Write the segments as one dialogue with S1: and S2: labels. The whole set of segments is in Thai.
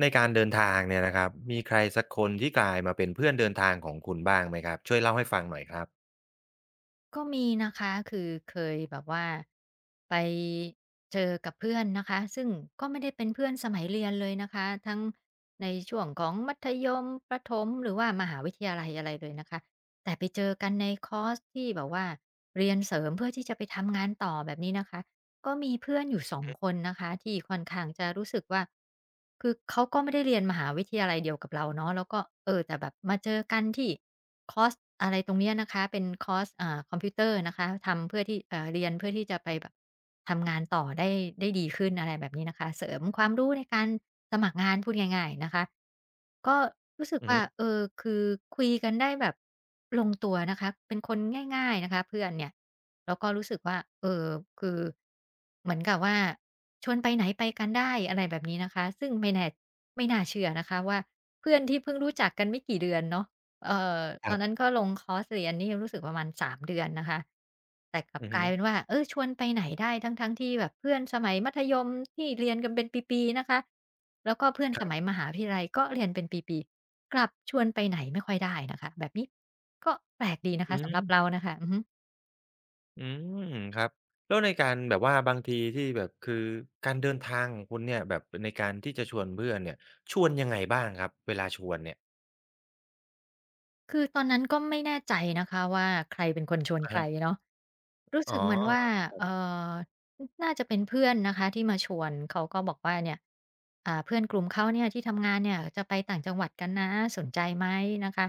S1: ในการเดินทางเนี่ยนะครับมีใครสักคนที่กลายมาเป็นเพื่อนเดินทางของคุณบ้างไหมครับช่วยเล่าให้ฟังหน่อยครับ
S2: ก็มีนะคะคือเคยแบบว่าไปเจอกับเพื่อนนะคะซึ่งก็ไม่ได้เป็นเพื่อนสมัยเรียนเลยนะคะทั้งในช่วงของมัธยมประถมหรือว่ามหาวิทยาลัยอะไรเลยนะคะแต่ไปเจอกันในคอร์สที่แบบว่าเรียนเสริมเพื่อที่จะไปทำงานต่อแบบนี้นะคะ ก็มีเพื่อนอยู่2คนนะคะที่ค่อนข้างจะรู้สึกว่าคือเขาก็ไม่ได้เรียนมหาวิทยาลัยเดียวกับเราเนาะแล้วก็แต่แบบมาเจอกันที่คอร์สอะไรตรงเนี้ยนะคะเป็นคอร์สคอมพิวเตอร์นะคะทำเพื่อที่เรียนเพื่อที่จะไปแบบทำงานต่อได้ได้ดีขึ้นอะไรแบบนี้นะคะเสริมความรู้ในการสมัครงานพูดง่ายๆนะคะก็รู้สึก
S1: อือ
S2: ว่า
S1: ฮึ
S2: คือคุยกันได้แบบลงตัวนะคะเป็นคนง่ายๆนะคะเพื่อนเนี่ย แล้วก็รู้สึกว่าคือเหมือนกับว่าชวนไปไหนไปกันได้อะไรแบบนี้นะคะซึ่งไม่น่าเชื่อนะคะว่าเพื่อนที่เพิ่งรู้จักกันไม่กี่เดือนเนาะเอ่อ
S1: ค
S2: ตอ
S1: รั
S2: นนั้น
S1: บ
S2: ก็ลงคอร์สเรียนนี่รู้สึกประมาณ3เดือนนะคะแต่กลับ
S1: อือ
S2: ก
S1: ฮึ
S2: ลายเป็นว่า ชวนไปไหนได้ทั้งๆที่แบบเพื่อนสมัยมัธยมที่เรียนกันเป็นปีๆนะคะแล้วก็เพื่อนสมัยมหาวิทยาลัยก็เรียนเป็นปีๆกลับชวนไปไหนไม่ค่อยได้นะคะแบบนี้ก็แปลกดีนะคะ
S1: อื
S2: สำหรับเรา
S1: ม
S2: น่ะค่ะอือฮึ
S1: อืมครับแล้วในการแบบว่าบางทีที่แบบคือการเดินทางของคุณเนี่ยแบบในการที่จะชวนเพื่อนเนี่ยชวนยังไงบ้างครับเวลาชวนเนี่ย
S2: คือตอนนั้นก็ไม่แน่ใจนะคะว่าใครเป็นคนชวน
S1: อะ
S2: ใคร
S1: ฮะ
S2: เนาะรู้
S1: อ๋
S2: สึกเหมือนว่า
S1: อ
S2: เอ่อน่าจะเป็นเพื่อนนะคะที่มาชวนเขาก็บอกว่าเนี่ยเพื่อนกลุ่มเขาเนี่ยที่ทำงานเนี่ยจะไปต่างจังหวัดกันนะสนใจไหมนะคะ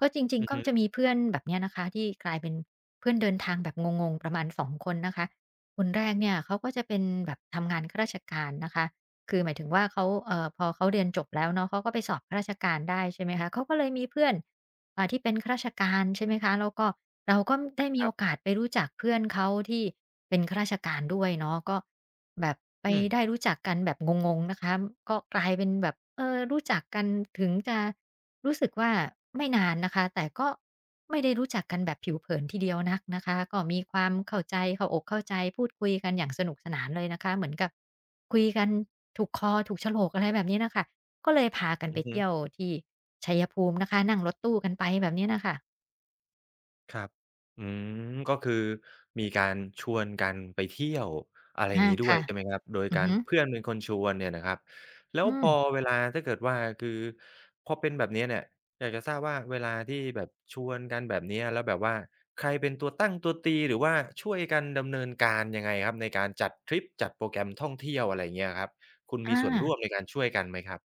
S2: ก็จริง
S1: อื
S2: ๆ
S1: อ
S2: ก็
S1: ฮึ
S2: จะมีเพื่อนแบบเนี้ยนะคะที่กลายเป็นเพื่อนเดินทางแบบงงๆประมาณสองคนนะคะคนแรกเนี่ยเขาก็จะเป็นแบบทำงานข้าราชการนะคะคือหมายถึงว่าเขาพอเขาเรียนจบแล้วเนาะเขาก็ไปสอบข้าราชการได้ใช่ไหมคะเขาก็เลยมีเพื่อน ที่เป็นข้าราชการใช่ไหมคะแล้วก็เราก็ได้มี
S1: ครั
S2: โอ
S1: บ
S2: กาสไปรู้จักเพื่อนเขาที่เป็นข้าราชการด้วยเนาะก็แบบไป
S1: อืม
S2: ได้รู้จักกันแบบงงๆนะคะก็กลายเป็นแบบรู้จักกันถึงจะรู้สึกว่าไม่นานนะคะแต่ก็ไม่ได้รู้จักกันแบบผิวเผินทีเดียวนักนะคะก็มีความเข้าใจเข้าอกเข้าใจพูดคุยกันอย่างสนุกสนานเลยนะคะเหมือนกับ คุยกันถูกคอถูกโฉลกอะไรแบบนี้น่ะค่ะก็เลยพากัน
S1: อื
S2: ไป
S1: อฮึ
S2: เที่ยวที่ชัยภูมินะคะนั่งรถตู้กันไปแบบนี้น่ะค่ะ
S1: ครับอืมก็คือมีการชวนกันไปเที่ยวอะไรอย่า
S2: อา
S1: งงี้ด้วย
S2: ค่ะ
S1: ใช่ไหมครับโดย
S2: อือ
S1: การ
S2: ฮึ
S1: เพื่อนเป็นคนชวนเนี่ยนะครับแล้ว
S2: อื
S1: พ
S2: ม
S1: อเวลาถ้าเกิดว่าคือพอเป็นแบบเนี้ยเนี่ยอยากจะทราบว่าเวลาที่แบบชวนกันแบบเนี้ยแล้วแบบว่าใครเป็นตัวตั้งตัวตีหรือว่าช่วยกันดำเนินการยังไงครับในการจัดทริปจัดโปรแกรมท่องเที่ยวอะไรอย่างเงี้ยครับคุณมี
S2: อา
S1: ส่วนร่วมในการช่วยกันไหมครับ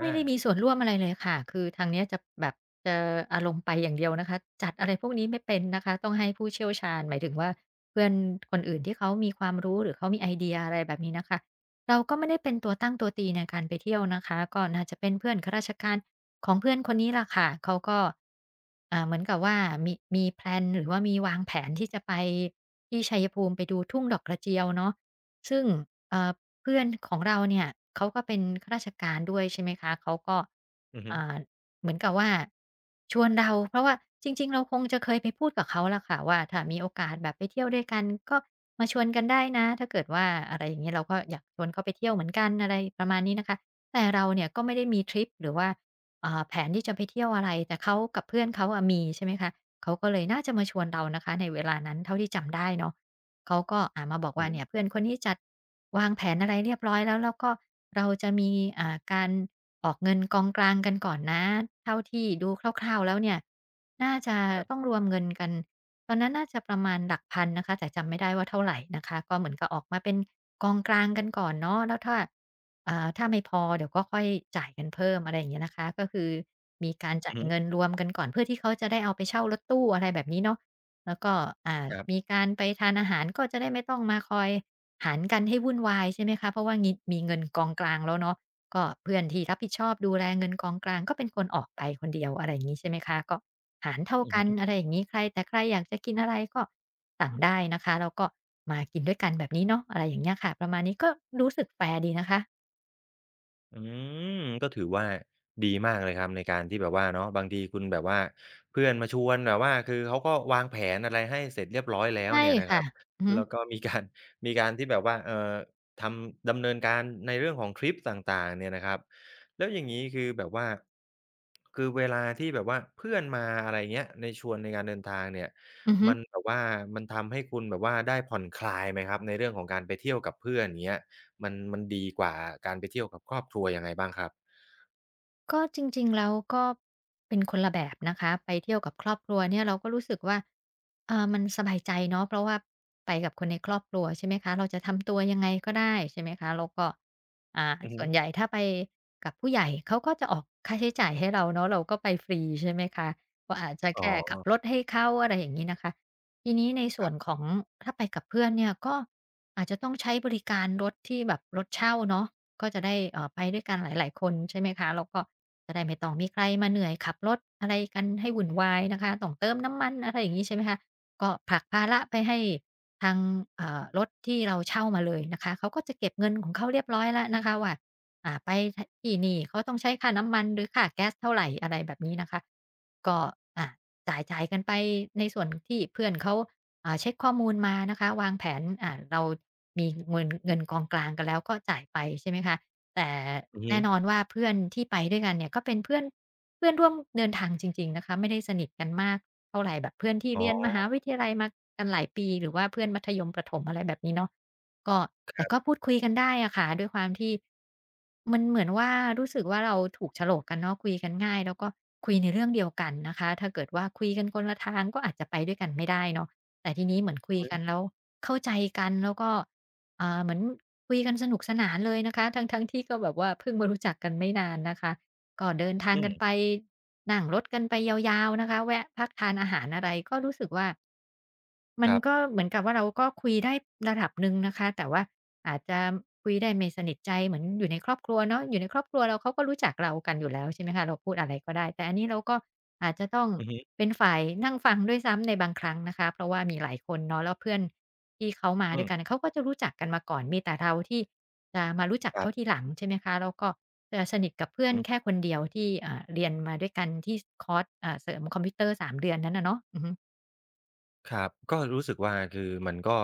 S2: ไม่
S1: า
S2: ได้มีส่วนร่วมอะไรเลยค่ะคือทางเนี้ยจะแบบจะอารมณ์ไปอย่างเดียวนะคะจัดอะไรพวกนี้ไม่เป็นนะคะต้องให้ผู้เชี่ยวชาญหมายถึงว่าเพื่อนคนอื่นที่เขามีความรู้หรือเขามีไอเดียอะไรแบบนี้น่ะค่ะเราก็ไม่ได้เป็นตัวตั้งตัวตีในการไปเที่ยวนะคะก็น่าจะเป็นเพื่อนข้าราชการของเพื่อนคนนี้ล่ะค่ะเขาก็เหมือนกับว่ามีแพลนหรือว่ามีวางแผนที่จะไปที่ชัยภูมิไปดูทุ่งดอกกระเจียวเนาะซึ่งเอ่อ เพื่อนของเราเนี่ยเขาก็เป็นข้าราชการด้วยใช่ไหมคะเขาก็
S1: อือฮึ
S2: อ่าเหมือนกับว่าชวนเราเพราะว่าจริงๆเราคงจะเคยไปพูดกับเขาล่ะค่ะว่าถ้ามีโอกาสแบบไปเที่ยวด้วยกันก็มาชวนกันได้นะถ้าเกิดว่าอะไรอย่างงี้เราก็อยากชวนเขาไปเที่ยวเหมือนกันอะไรประมาณนี้นะคะแต่เราเนี่ยก็ไม่ได้มีทริปหรือว่าแผนที่จะไปเที่ยวอะไรแต่เขากับเพื่อนเขาอะมีใช่ไหมคะเขาก็เลยน่าจะมาชวนเรานะคะในเวลานั้นเท่าที่จำได้เนาะ เขาก็มาบอก
S1: อื
S2: ว่า
S1: อ
S2: เนี่ยเพื่อนคนนี้จัดวางแผนอะไรเรียบร้อยแล้วแล้วก็เราจะมีการออกเงินกองกลางกันก่อนนะเท่าที่ดูคร่าวๆแล้วเนี่ยน่าจะต้องรวมเงินกันตอนนั้นน่าจะประมาณหลักพันนะคะแต่จำไม่ได้ว่าเท่าไหรนะคะก็เหมือนกับออกมาเป็นกองกลางกันก่อนเนาะแล้วถ้าถ้าไม่พอเดี๋ยวก็ค่อยจ่ายกันเพิ่มอะไรอย่างเงี้ยนะคะก็คือมีการ
S1: อื
S2: จ่า
S1: อ
S2: ย
S1: ฮึ
S2: เงินรวมกันก่อนเพื่อที่เขาจะได้เอาไปเช่ารถตู้อะไรแบบนี้เนาะ แล้วก็
S1: ครับ
S2: มีการไปทานอาหารก็จะได้ไม่ต้องมาคอยหารกันให้วุ่นวายใช่ไหมคะเพราะว่างิมีเงินกองกลางแล้วเนาะก็เพื่อนที่รับผิดชอบดูแลเงินกองกลางก็เป็นคนออกไปคนเดียวอะไรอย่างงี้ใช่ไหมคะก็หารเท่า
S1: อือ
S2: กัน
S1: ฮึ
S2: อะไรอย่างงี้ใครอยากจะกินอะไรก็สั่งได้นะคะแล้วก็มากินด้วยกันแบบนี้เนาะอะไรอย่างเงี้ยค่ะประมาณนี้ก็รู้สึกแฟร์ดีนะคะ
S1: อืมก็ถือว่าดีมากเลยครับในการที่แบบว่าเนาะบางทีคุณแบบว่าเพื่อนมาชวนแบบว่าคือเขาก็วางแผนอะไรให้เสร็จเรียบร้อยแล้ว
S2: ใช่
S1: เนี่ยนะครั
S2: ค่ะ
S1: บ
S2: อือฮึ
S1: แล้วก็มีการ มีการที่แบบว่าทำดำเนินการในเรื่องของทริปต่างๆเนี่ยนะครับแล้วอย่างงี้คือแบบว่าคือเวลาที่แบบว่าเพื่อนมาอะไรเงี้ยในชวนในการเดินทางเนี่ย
S2: อือฮึ
S1: มันแบบว่ามันทำให้คุณแบบว่าได้ผ่อนคลายไหมครับในเรื่องของการไปเที่ยวกับเพื่อนอย่างเงี้ย มันดีกว่าการไปเที่ยวกับครอบครัวยังไงบ้างครับ
S2: ก็จริงๆแล้วก็เป็นคนละแบบนะคะไปเที่ยวกับครอบครัวเนี่ยเราก็รู้สึกว่ามันสบายใจเนาะเพราะว่าไปกับคนในครอบครัวใช่ไหมคะเราจะทำตัวยังไงก็ได้ใช่ไหมคะแล้วก็
S1: อือฮึ
S2: ส่วนใหญ่ถ้าไปกับผู้ใหญ่เขาก็จะออกค่าใช้จ่ายให้เราเนาะเราก็ไปฟรีใช่ไหมคะก็อาจจะ
S1: อ๋
S2: แค่ขับร
S1: อ
S2: ถให้เขาอะไรอย่างงี้นะคะทีนี้ในส่วนของถ้าไปกับเพื่อนเนี่ยก็อาจจะต้องใช้บริการรถที่แบบรถเช่าเนาะก็จะได้ไปด้วยกันหลายๆคนใช่ไหมคะแล้วก็ จะได้ไม่ต้องมีใครมาเหนื่อยขับรถอะไรกันให้วุ่นวายนะคะต้องเติมน้ำมันอะไรอย่างนี้ใช่ไหมคะก็ผลักภาระไปให้ทางรถที่เราเช่ามาเลยนะคะเขาก็จะเก็บเงินของเขาเรียบร้อยแล้วนะคะว่าไปที่นี่เขาต้องใช้ค่าน้ำมันหรือค่าแก๊สเท่าไรอะไรแบบนี้นะคะก็อ่าจ่ายๆกันไปในส่วนที่เพื่อนเขาเช็กข้อมูลมานะคะวางแผนเรามีเงินกองกลางกันแล้วก็จ่ายไปใช่ไหมคะ แต่
S1: อือฮึ
S2: แน่นอนว่าเพื่อนที่ไปด้วยกันเนี่ยก็เป็นเพื่อนเพื่อนร่วมเดินทางจริงๆนะคะไม่ได้สนิทกันมากเท่าไรแบบเพื่อนที่
S1: อ๋อ
S2: เรียนมหาวิทยาลัยมากันหลายปีหรือว่าเพื่อนมัธยมประถมอะไรแบบนี้เนาะก็แต่ก็พูดคุยกันได้อะค่ะด้วยความที่มันเหมือนว่ารู้สึกว่าเราถูกโฉลกกันเนาะคุยกันง่ายแล้วก็คุยในเรื่องเดียวกันนะคะถ้าเกิดว่าคุยกันคนละทางก็อาจจะไปด้วยกันไม่ได้เนาะแต่ทีนี้เหมือนคุยกันแล้วเข้าใจกันแล้วก็ เหมือนคุยกันสนุกสนานเลยนะคะทั้งที่ก็แบบว่าเพิ่งมารู้จักกันไม่นานนะคะก็เดินทาง
S1: อื
S2: กันไป
S1: ม
S2: นั่งรถกันไปยาวๆนะคะแวะพักทานอาหารอะไรก็รู้สึกว่า มั
S1: ค
S2: น
S1: รับ
S2: ก็เหมือนกับว่าเราก็คุยได้ระดับหนึ่งนะคะแต่ว่าอาจจะคุยได้ไม่สนิทใจเหมือนอยู่ในครอบครัวเนาะอยู่ในครอบครัวเราเขาก็รู้จักเรากันอยู่แล้วใช่ไหมคะเราพูดอะไรก็ได้แต่อันนี้เราก็อาจจะต้อง
S1: อือฮึ
S2: เป็นฝ่ายนั่งฟังด้วยซ้ำในบางครั้งนะคะเพราะว่ามีหลายคนเนาะแล้วเพื่อนที่เขามา
S1: อื
S2: ด้วยกัน
S1: ม
S2: เขาก็จะรู้จักกันมาก่อนมีแต่เราที่จะมารู้จัก
S1: ครั
S2: เขาที
S1: บ
S2: หลังใช่ไหมคะแล้วก็จะสนิทกับเพื่อ
S1: อือฮ
S2: นแค่
S1: ึ
S2: คนเดียวที่เรียนมาด้วยกันที่คอร์สเสริมคอมพิวเตอร์3 เดือนนั้นน่ะเนาะอือฮึ
S1: ครับก็รู้สึกว่าคือมันก็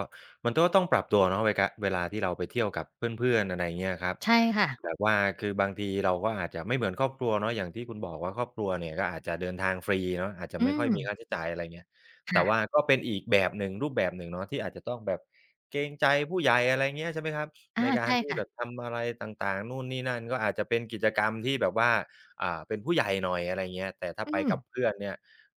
S1: มันก็ต้องปรับตัวเนาะเวลาที่เราไปเที่ยวกับเพื่อนๆอะไรยเงี้ยครับ
S2: ใช่ค่ะ
S1: แบบว่าคือบางทีเราก็อาจจะไม่เหมือนครอบครัวเนาะอย่างที่คุณบอกว่าครอบครัวเนี่ยก็อาจจะเดินทางฟรีเนาะอาจจะ
S2: อื
S1: ไม่ค่อ
S2: ม
S1: ยมีค่าใช้จ่ายอะไรเงี้ยแต่ว่า
S2: ค่ะ
S1: ก็เป็นอีกแบบหนึ่งรูปแบบหนึ่งเนาะที่อาจจะต้องแบบเกรงใจผู้ใหญ่อะไรเงี้ยใช่ไหมครับ
S2: อา
S1: ในการ
S2: ใช่
S1: ที่แบบ
S2: ค่ะ
S1: ทำอะไรต่างๆนู่นนี่นั่นก็อาจจะเป็นกิจกรรมที่แบบว่าเป็นผู้ใหญ่หน่อยอะไรเงี้ยแต่ถ้า
S2: อื
S1: ไป
S2: ม
S1: กับเพื่อนเนี่ย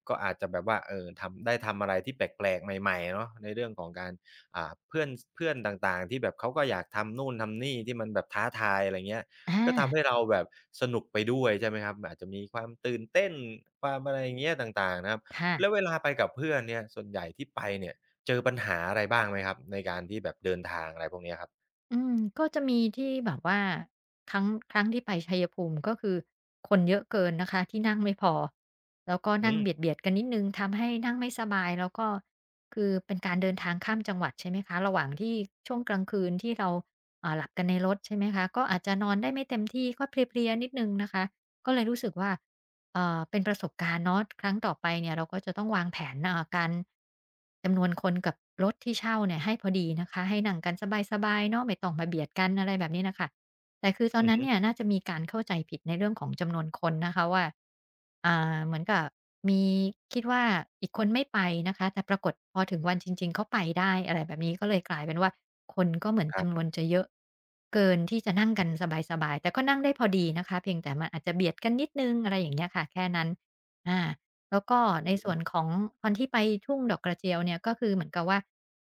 S1: ก็อาจจะแบบว่าเออทำได้ทำอะไรที่แปลกๆใหม่ๆเนาะในเรื่องของการเพื่อนเพื่อนต่างๆที่แบบเขาก็อยากทำนู่นทำนี่ที่มันแบบท้าทายอะไรเงี้ย
S2: อา
S1: ก็ทำให้เราแบบสนุกไปด้วยใช่ไหมครับอาจจะมีความตื่นเต้นความอะไรอย่างเงี้ยต่างๆนะครับแล้ว
S2: ค่ะ
S1: เวลาไปกับเพื่อนเนี่ยส่วนใหญ่ที่ไปเนี่ยเจอปัญหาอะไรบ้างไหมครับในการที่แบบเดินทางอะไรพวกเนี้ยครับ
S2: อืมก็จะมีที่แบบว่าครั้งครั้งที่ไปชัยภูมิก็คือคนเยอะเกินนะคะที่นั่งไม่พอ แล้วก็
S1: อื
S2: นั่งเบี
S1: ม
S2: ยดๆกันนิดหนึ่งทำให้นั่งไม่สบายแล้วก็คือเป็นการเดินทางข้ามจังหวัดใช่ไหมคะระหว่างที่ช่วงกลางคืนที่เราหลับกันในรถใช่ไหมคะก็อาจจะนอนได้ไม่เต็มที่ก็เพลียๆนิดหนึ่งนะคะก็เลยรู้สึกว่า เป็นประสบการณ์เนาะครั้งต่อไปเนี่ยเราก็จะต้องวางแผนการจำนวนคนกับรถที่เช่าเนี่ยให้พอดีนะคะให้นั่งกันสบายๆเนาะไม่ต้องมาเบียดกันอะไรแบบนี้นะคะ แต่คือตอน
S1: อือ
S2: นั้น
S1: ฮึ
S2: เนี่ยน่าจะมีการเข้าใจผิดในเรื่องของจำนวนคนนะคะว่าเหมือนกับมีคิดว่าอีกคนไม่ไปนะคะแต่ปรากฏพอถึงวันจริงๆเขาไปได้อะไรแบบนี้ก็เลยกลายเป็นว่าคนก็เหมือน
S1: ครั
S2: จำนวน
S1: บ
S2: จะเยอะเกินที่จะนั่งกันสบายๆแต่ก็นั่งได้พอดีนะคะเพียงแต่มันอาจจะเบียดกันนิดหนึ่งอะไรอย่างเงี้ยค่ะแค่นั้นอาแล้วก็ใน
S1: อือฮึ
S2: ส่วนของตอนที่ไปทุ่งดอกกระเจียวเนี่ยก็คือเหมือนกับว่า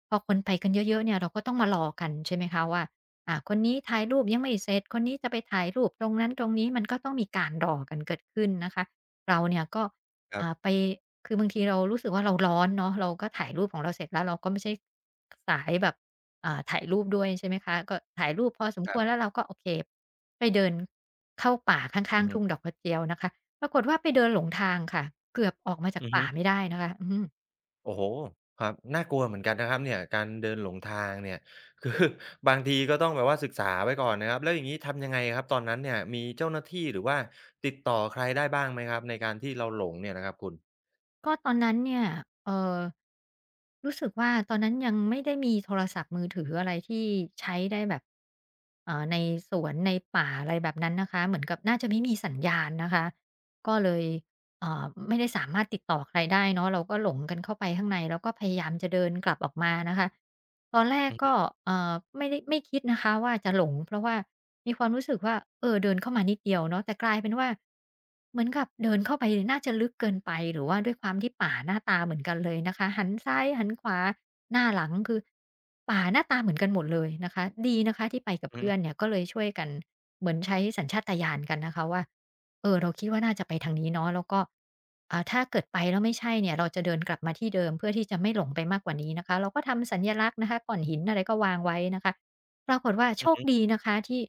S2: พอคนไปกันเยอะๆเนี่ยเราก็ต้องมารอกันใช่ไหมคะว่า คนนี้ถ่ายรูปยังไม่เสร็จคนนี้จะไปถ่ายรูปตรงนั้นตรงนี้มันก็ต้องมีการรอกันเกิดขึ้นนะคะเราเนี่ยก็
S1: ครั
S2: อ่า
S1: บ
S2: ไปคือบางทีเรารู้สึกว่าเราร้อนเนาะเราก็ถ่ายรูปของเราเสร็จแล้วเราก็ไม่ใช่สายแบบถ่ายรูปด้วยใช่ไหมคะก็ถ่ายรูปพอสม
S1: ค
S2: ค
S1: รั
S2: วรแล้ว
S1: บ
S2: เราก็โอเคไปเดินเข้าป่าข้า
S1: อื
S2: ง
S1: อ
S2: ๆ
S1: ฮึ
S2: ทุ่งดอกกระเจียวนะคะปรากฏว่าไปเดินหลงทางค่ะเกือบออกมาจาก
S1: อือฮึ
S2: ป่าไม่ได้นะคะอืม
S1: โอ้โฮครับน่ากลัวเหมือนกันนะครับเนี่ยการเดินหลงทางเนี่ย คือบางทีก็ต้องแบบว่าศึกษาไว้ก่อนนะครับแล้วอย่างงี้ทำยังไงครับตอนนั้นเนี่ยมีเจ้าหน้าที่หรือว่าติดต่อใครได้บ้างไหมครับในการที่เราหลงเนี่ยนะครับคุณ
S2: ก็ตอนนั้นเนี่ยเอ่อรู้สึกว่าตอนนั้นยังไม่ได้มีโทรศัพท์มือถืออะไรที่ใช้ได้แบบในสวนในป่าอะไรแบบนั้นนะคะเหมือนกับน่าจะไม่มีสัญญาณนะคะก็เลยไม่ได้สามารถติดต่อใครได้เนาะเราก็หลงกันเข้าไปข้างในแล้วก็พยายามจะเดินกลับออกมานะคะตอนแรก
S1: อือฮึ
S2: ก็เอ่อไม่คิดนะคะว่าจะหลงเพราะว่า มีความรู้สึกว่าเออเดินเข้ามานิดเดียวเนาะแต่กลายเป็นว่าเหมือนกับเดินเข้าไปน่าจะลึกเกินไปหรือว่าด้วยความที่ป่าหน้าตาเหมือนกันเลยนะคะหันซ้ายหันขวาหน้าหลังคือป่าหน้าตาเหมือนกันหมดเลยนะคะดีนะคะที่ไปกับ
S1: อือฮึ
S2: เพื่อนเนี่ยก็เลยช่วยกันเหมือนใช้สัญชาตญาณกันนะคะว่าเออเราคิดว่าน่าจะไปทางนี้เนาะแล้วก็ถ้าเกิดไปแล้วไม่ใช่เนี่ยเราจะเดินกลับมาที่เดิมเพื่อที่จะไม่หลงไปมากกว่านี้นะคะเราก็ทำสัญลักษณ์นะคะก้อนหินอะไรก็วางไว้นะคะ ปรากฏว่าโช
S1: อือ
S2: ค
S1: ฮึ
S2: ดีนะคะที่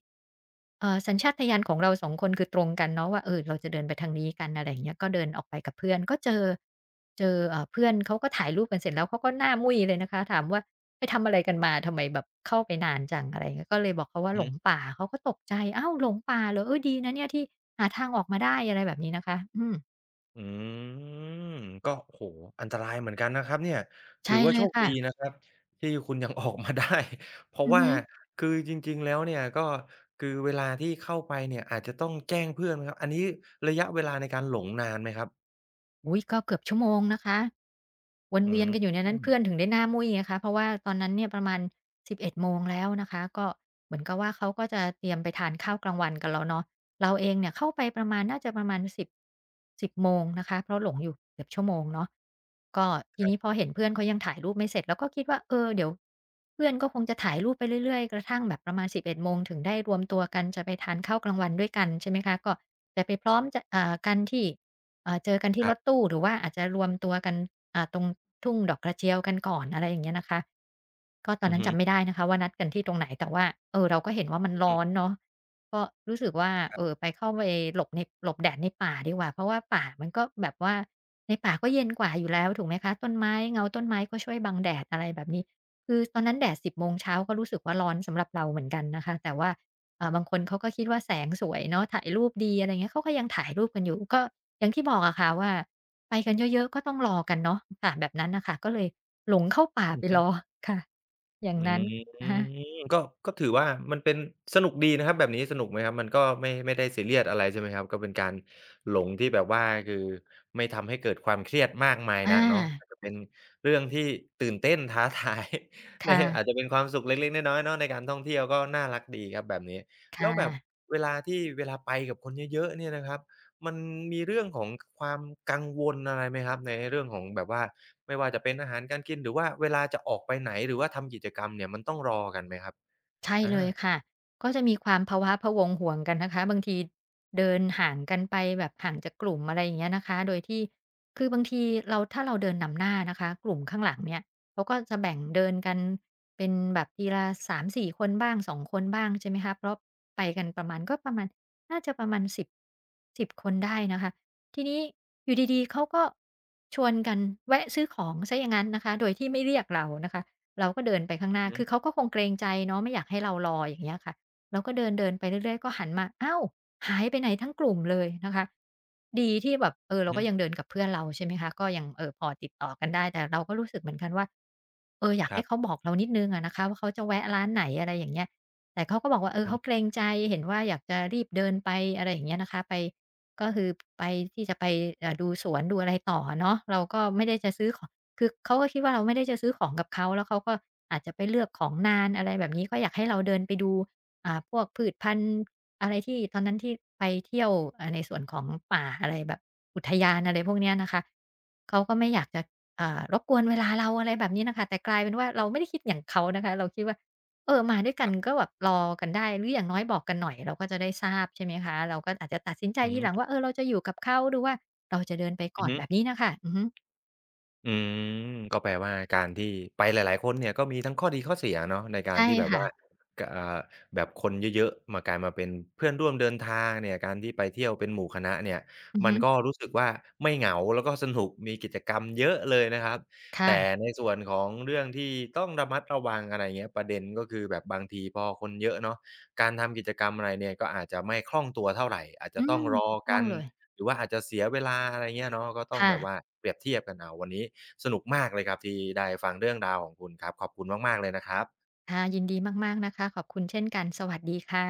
S2: สัญชาตญาณของเราสองคนคือตรงกันเนาะว่าเออเราจะเดินไปทางนี้กันอะไรอย่างเงี้ยก็เดินออกไปกับเพื่อนก็เจอเพื่อนเขาก็ถ่ายรูปกันเสร็จแล้วเขาก็หน้ามุ่ยเลยนะคะถามว่าไปทำอะไรกันมาทำไมแบบเข้าไปนานจังอะไรอย่างเงี้ยก็เลยบอกเขาว่า
S1: อือ
S2: หล
S1: ฮึ
S2: งป่าเขาก็ตกใจอ้าวหลงป่าเหรอเออดีนะเนี่ยที่หาทางออกมาได้อะไรแบบนี้นะคะอืม
S1: อืมก็โอ้โฮอันตรายเหมือนกันนะครับเนี่ยถื
S2: ใช่
S1: อว่า
S2: เล
S1: โช
S2: ย
S1: ค
S2: ค่ะ
S1: ดีนะครับที่คุณยังออกมาได้ เพราะ
S2: อือ
S1: ว่า
S2: ฮึ
S1: คือจริงๆแล้วเนี่ยก็คือเวลาที่เข้าไปเนี่ยอาจจะต้องแจ้งเพื่อนไหมครับอันนี้ระยะเวลาในการหลงนานไหมครับ
S2: อุ๊ยก็เกือบชั่วโมงนะคะวน
S1: อื
S2: เวียนกันอ
S1: ม
S2: ยู่ในนั้นเพื่อนถึงได้หน้ามุ่ยไงคะเพราะว่าตอนนั้นเนี่ยประมาณสิบเอ็ดโมงแล้วนะคะก็เหมือนกับว่าเขาก็จะเตรียมไปทานข้าวกลางวันกันแล้วเนาะเราเองเนี่ยเข้าไปประมาณน่าจะประมาณ1ส1บโมงนะคะเพราะหลงอยู่เกือบชั่วโมงเนาะก็ทีนี้พอเห็นเพื่อนเขายังถ่ายรูปไม่เสร็จเราก็คิดว่าเออเดี๋ยวเพื่อนก็คงจะถ่ายรูปไปเรื่อยๆกระทั่งแบบประมาณสิบเอ็ดโมงถึงได้รวมตัวกันจะไปทานข้าวกลางวันด้วยกันใช่ไหมคะก็จะไปพร้อมจะอ่ากันที่ เจอกันที่
S1: ค
S2: ร
S1: รั
S2: ถ
S1: บ
S2: ตู้หรือว่าอาจจะรวมตัวกันตรงทุ่งดอกกระเจียวกันก่อนอะไรอย่างเงี้ยนะคะก็ตอน
S1: อือ
S2: นั้น
S1: ฮึ
S2: จำไม่
S1: ๆ
S2: ได้นะคะว่านัดกันที่ตรงไหนแต่ว่าเออเราก็เห็นว่ามันร้อนเนาะก็รู้สึกว่า
S1: ครับ
S2: เข้าไปหลบในหลบแดดในป่าดีกว่าเพราะว่าป่ามันก็แบบว่าในป่าก็เย็นกว่าอยู่แล้วถูกไหมคะต้นไม้เงาต้นไม้ก็ช่วยบังแดดอะไรแบบนี้คือตอนนั้นแดดสิบโมงเช้าก็รู้สึกว่าร้อนสำหรับเราเหมือนกันนะคะแต่ว่า บางคนเขาก็คิดว่าแสงสวยเนาะถ่ายรูปดีอะไรเงี้ยเขาก็ยังถ่ายรูปกันอยู่ก็อย่างที่บอกอะค่ะว่าไปกันเยอะๆก็ต้องรอกันเนาะค่ะแบบนั้นน่ะค่ะก็เลยหลงเข้าป่า
S1: อื
S2: ไป
S1: อฮึ
S2: รอค่ะอย่าง
S1: อื
S2: นั้น
S1: ม
S2: อะฮะ
S1: ก็ก็ถือว่ามันเป็นสนุกดีนะครับแบบนี้สนุกไหมครับมันก็ไม่ได้ซีเรียสอะไรใช่ไหมครับก็เป็นการหลงที่แบบว่าคือไม่ทำให้เกิดความเครียดมากมาย
S2: อา
S1: นักเนาะอาจจะเป็นเรื่องที่ตื่นเต้นท้าทาย
S2: ค
S1: ในอาจจะ
S2: ่ะ
S1: เป็นความสุขเล็กๆน้อยๆเนาะในการท่องเที่ยวก็น่ารักดีครับแบบนี้แล้ว
S2: ค่ะ
S1: แบบเวลาที่เวลาไปกับคนเยอะๆเนี่ยนะครับ มันมีเรื่องของความกังวลอะไรไหมครับในเรื่องของแบบว่าไม่ว่าจะเป็นอาหารการกินหรือว่าเวลาจะออกไปไหนหรือว่าทำกิจกรรมเนี่ยมันต้องรอกันไหมครับ
S2: ใช่
S1: อา
S2: เลยค่ะ ก็จะมีความพะว้าพะวังห่วงกันนะคะ บางทีเดินห่างกันไปแบบห่างจากกลุ่มอะไรอย่างเงี้ยนะคะ โดยที่คือบางทีเราถ้าเราเดินนำหน้านะคะกลุ่มข้างหลังเนี่ยเขาก็จะแบ่งเดินกันเป็นแบบทีละสามสี่คนบ้างสองคนบ้างใช่ไหมคะ เพราะไปกันประมาณก็ประมาณน่าจะประมาณสิบคนได้นะคะทีนี้อยู่ดีๆเขาก็ชวนกันแวะซื้อของเสียอย่างงั้นนะคะโดยที่ไม่เรียกเรานะคะ เราก็เดินไปข้างห
S1: อื
S2: น้า
S1: อฮึ
S2: คือเขาก็คงเกรงใจเนาะไม่อยากให้เรารออย่างเงี้ยค่ะเราก็เดินๆไปเรื่อยๆก็หันมาอ้าวหายไปไหนทั้งกลุ่มเลยนะคะ ดีที่แบบ
S1: อื
S2: เรา
S1: อฮึ
S2: ก็ยังเดินกับเพื่อนเราใช่ไหมคะ ก็ยังพอติดต่อกันได้ แต่เราก็รู้สึกเหมือนกันว่าอยาก
S1: ครั
S2: ให้
S1: บ
S2: เขาบอกเรานิดหนึ่งอะนะคะว่าเขาจะแวะร้านไหนอะไรอย่างเงี้ยแต่เขาก็บอกว่า
S1: อือ
S2: เขาเกรงใจเห็นว่าอยากจะรีบเดินไปอะไรอย่างเงี้ยนะคะไปก็คือไปที่จะไปดูสวนดูอะไรต่ออะเนาะเราก็ไม่ได้จะซื้อของ คือเขาก็คิดว่าเราไม่ได้จะซื้อของกับเขาแล้วเขาก็อาจจะไปเลือกของนานอะไรแบบนี้ก็อยากให้เราเดินไปดูพวกพืชพันธุ์อะไรที่ตอนนั้นที่ไปเที่ยวในส่วนของป่าอะไรแบบอุทยานอะไรพวกเนี้ยนะคะเขาก็ไม่อยากจะรบกวนเวลาเราอะไรแบบนี้น่ะค่ะแต่กลายเป็นว่าเราไม่ได้คิดอย่างเขานะคะเราคิดว่ามาด้วยกันก็แบบรอกันได้หรืออย่างน้อยบอกกันหน่อยเราก็จะได้ทราบใช่ไหมคะเราก็อาจจะตัดสินใจ
S1: อือ
S2: ที
S1: ฮึ
S2: หลังว่าเราจะอยู่กับเขาหรือว่าเราจะเดินไป
S1: อื
S2: ก่
S1: อ
S2: อน
S1: ฮึ
S2: แบบนี้น่ะค่ะอือฮึ
S1: อืมก็แปลว่าการที่ไปหลายๆคนเนี่ยก็มีทั้งข้อดีข้อเสียเนาะในการ
S2: ใช่
S1: ที่แบบ
S2: ค่ะ
S1: ว่ากอ่าแบบคนเยอะๆมากลายมาเป็นเพื่อนร่วมเดินทางเนี่ยการที่ไปเที่ยวเป็นหมู่คณะเนี่ย
S2: อือ
S1: มัน
S2: ฮึ
S1: ก็รู้สึกว่าไม่เหงาแล้วก็สนุกมีกิจกรรมเยอะเลยนะครับแต่
S2: ค่ะ
S1: ในส่วนของเรื่องที่ต้องระมัดระวังอะไรเงี้ยประเด็นก็คือแบบบางทีพอคนเยอะเนาะการทำกิจกรรมอะไรเนี่ยก็อาจจะไม่คล่องตัวเท่าไรอาจ
S2: อื
S1: จะต้อ
S2: ม
S1: งรอ
S2: ถูกต้อ
S1: กั
S2: ง
S1: น
S2: เลย
S1: หรือว่าอาจจะเสียเวลาอะไรเงี้ยเนาะก็ต้อง
S2: ค่ะ
S1: แบบว่าเปรียบเทียบกันเอาวันนี้ สนุกมากเลยครับที่ได้ฟังเรื่องราวของคุณครับขอบคุณมากๆเลยนะครับ
S2: ค่ะ ยินดีมากๆนะคะ ขอบคุณเช่นกัน สวัสดีค่ะ